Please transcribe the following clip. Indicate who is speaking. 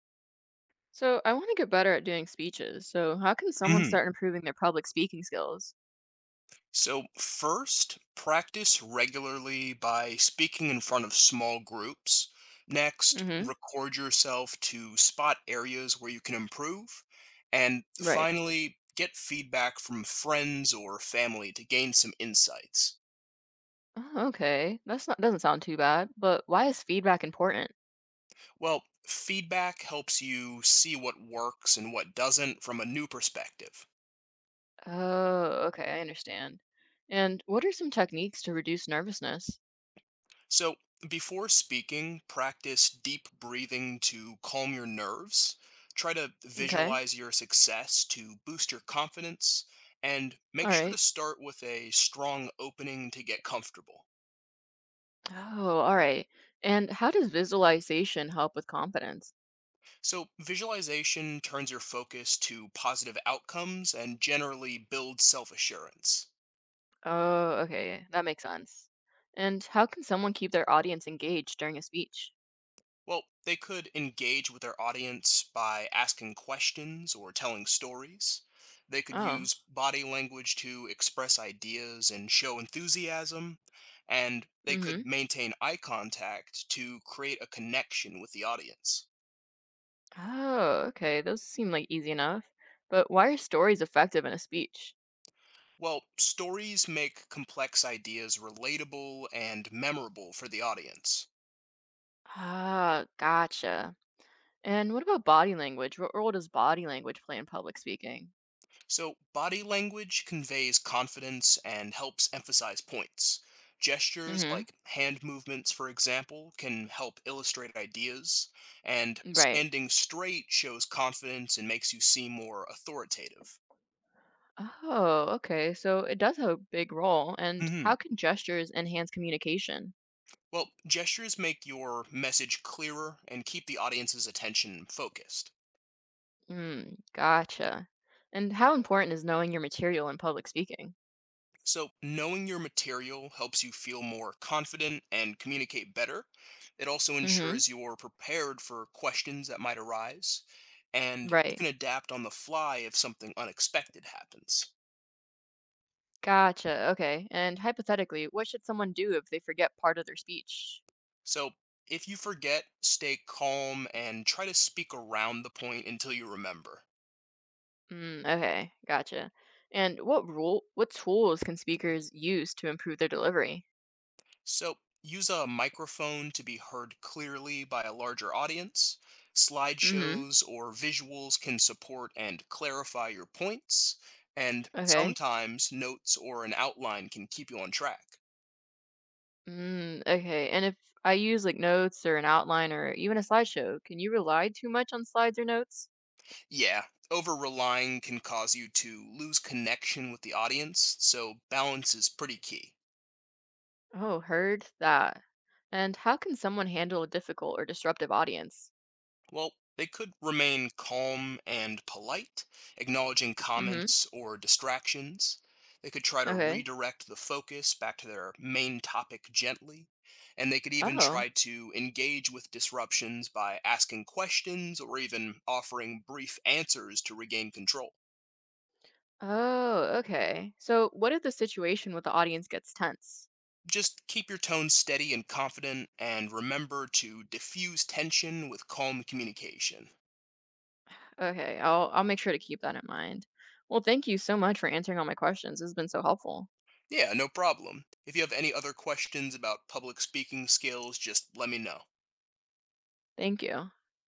Speaker 1: So I want to get better at doing speeches. So how can someone
Speaker 2: Mhm.
Speaker 1: start improving their public speaking skills?
Speaker 2: So, first, practice regularly by speaking in front of small groups. Next,
Speaker 1: Mm-hmm.
Speaker 2: record yourself to spot areas where you can improve. And
Speaker 1: Right.
Speaker 2: finally, get feedback from friends or family to gain some insights.
Speaker 1: Oh, okay. That's not doesn't sound too bad, but why is feedback important?
Speaker 2: Well, feedback helps you see what works and what doesn't from a new perspective.
Speaker 1: Oh, okay, I understand. And what are some techniques to reduce nervousness?
Speaker 2: So, before speaking, practice deep breathing to calm your nerves. Try to
Speaker 1: Okay.
Speaker 2: visualize your success to boost your confidence. And make
Speaker 1: All
Speaker 2: sure to
Speaker 1: right.
Speaker 2: start with a strong opening to get comfortable.
Speaker 1: Oh, all right. And how does visualization help with confidence?
Speaker 2: So, visualization turns your focus to positive outcomes and generally builds self assurance.
Speaker 1: Oh, okay. That makes sense. And how can someone keep their audience engaged during a speech?
Speaker 2: Well, they could engage with their audience by asking questions or telling stories. They could
Speaker 1: Oh.
Speaker 2: use body language to express ideas and show enthusiasm. And they could
Speaker 1: Mm-hmm.
Speaker 2: maintain eye contact to create a connection with the audience.
Speaker 1: Oh, okay. Those seem like easy enough. But why are stories effective in a speech?
Speaker 2: Well, stories make complex ideas relatable and memorable for the audience.
Speaker 1: Ah, gotcha. And what about body language? What role does body language play in public speaking?
Speaker 2: So, body language conveys confidence and helps emphasize points. Gestures
Speaker 1: Mm-hmm.
Speaker 2: like hand movements, for example, can help illustrate ideas, and
Speaker 1: Right.
Speaker 2: standing straight shows confidence and makes you seem more authoritative.
Speaker 1: Oh, okay. So it does have a big role. And
Speaker 2: hmm
Speaker 1: how can gestures enhance communication?
Speaker 2: Well, gestures make your message clearer and keep the audience's attention focused.
Speaker 1: Mm, gotcha. And how important is knowing your material in public speaking?
Speaker 2: So, knowing your material helps you feel more confident and communicate better. It also
Speaker 1: Mm-hmm.
Speaker 2: ensures you're prepared for questions that might arise, and you
Speaker 1: Right.
Speaker 2: can adapt on the fly if something unexpected happens.
Speaker 1: Gotcha. Okay. And hypothetically, what should someone do if they forget part of their speech?
Speaker 2: So, if you forget, stay calm and try to speak around the point until you remember.
Speaker 1: Mm, okay, gotcha. And what tools can speakers use to improve their delivery?
Speaker 2: So, use a microphone to be heard clearly by a larger audience.
Speaker 1: Mm-hmm.
Speaker 2: Slideshows or visuals can support and clarify your points. And
Speaker 1: Okay.
Speaker 2: sometimes notes or an outline can keep you on track.
Speaker 1: Mm, okay. And if I use like notes or an outline or even a slideshow, can you rely too much on slides or notes?
Speaker 2: Yeah, over relying can cause you to lose connection with the audience, so balance is pretty key.
Speaker 1: Oh, heard that. And how can someone handle a difficult or disruptive audience?
Speaker 2: Well, they could remain calm and polite, acknowledging
Speaker 1: Mm-hmm.
Speaker 2: comments or distractions. They could try to
Speaker 1: Okay.
Speaker 2: redirect the focus back to their main topic gently. And they could even
Speaker 1: Oh.
Speaker 2: try to engage with disruptions by asking questions or even offering brief answers to regain control.
Speaker 1: Oh, okay. So what if the situation with the audience gets tense?
Speaker 2: Just keep your tone steady and confident, and remember to diffuse tension with calm communication.
Speaker 1: Okay, I'll make sure to keep that in mind. Well, thank you so much for answering all my questions. It's been so helpful.
Speaker 2: Yeah, no problem. If you have any other questions about public speaking skills, just let me know.
Speaker 1: Thank you.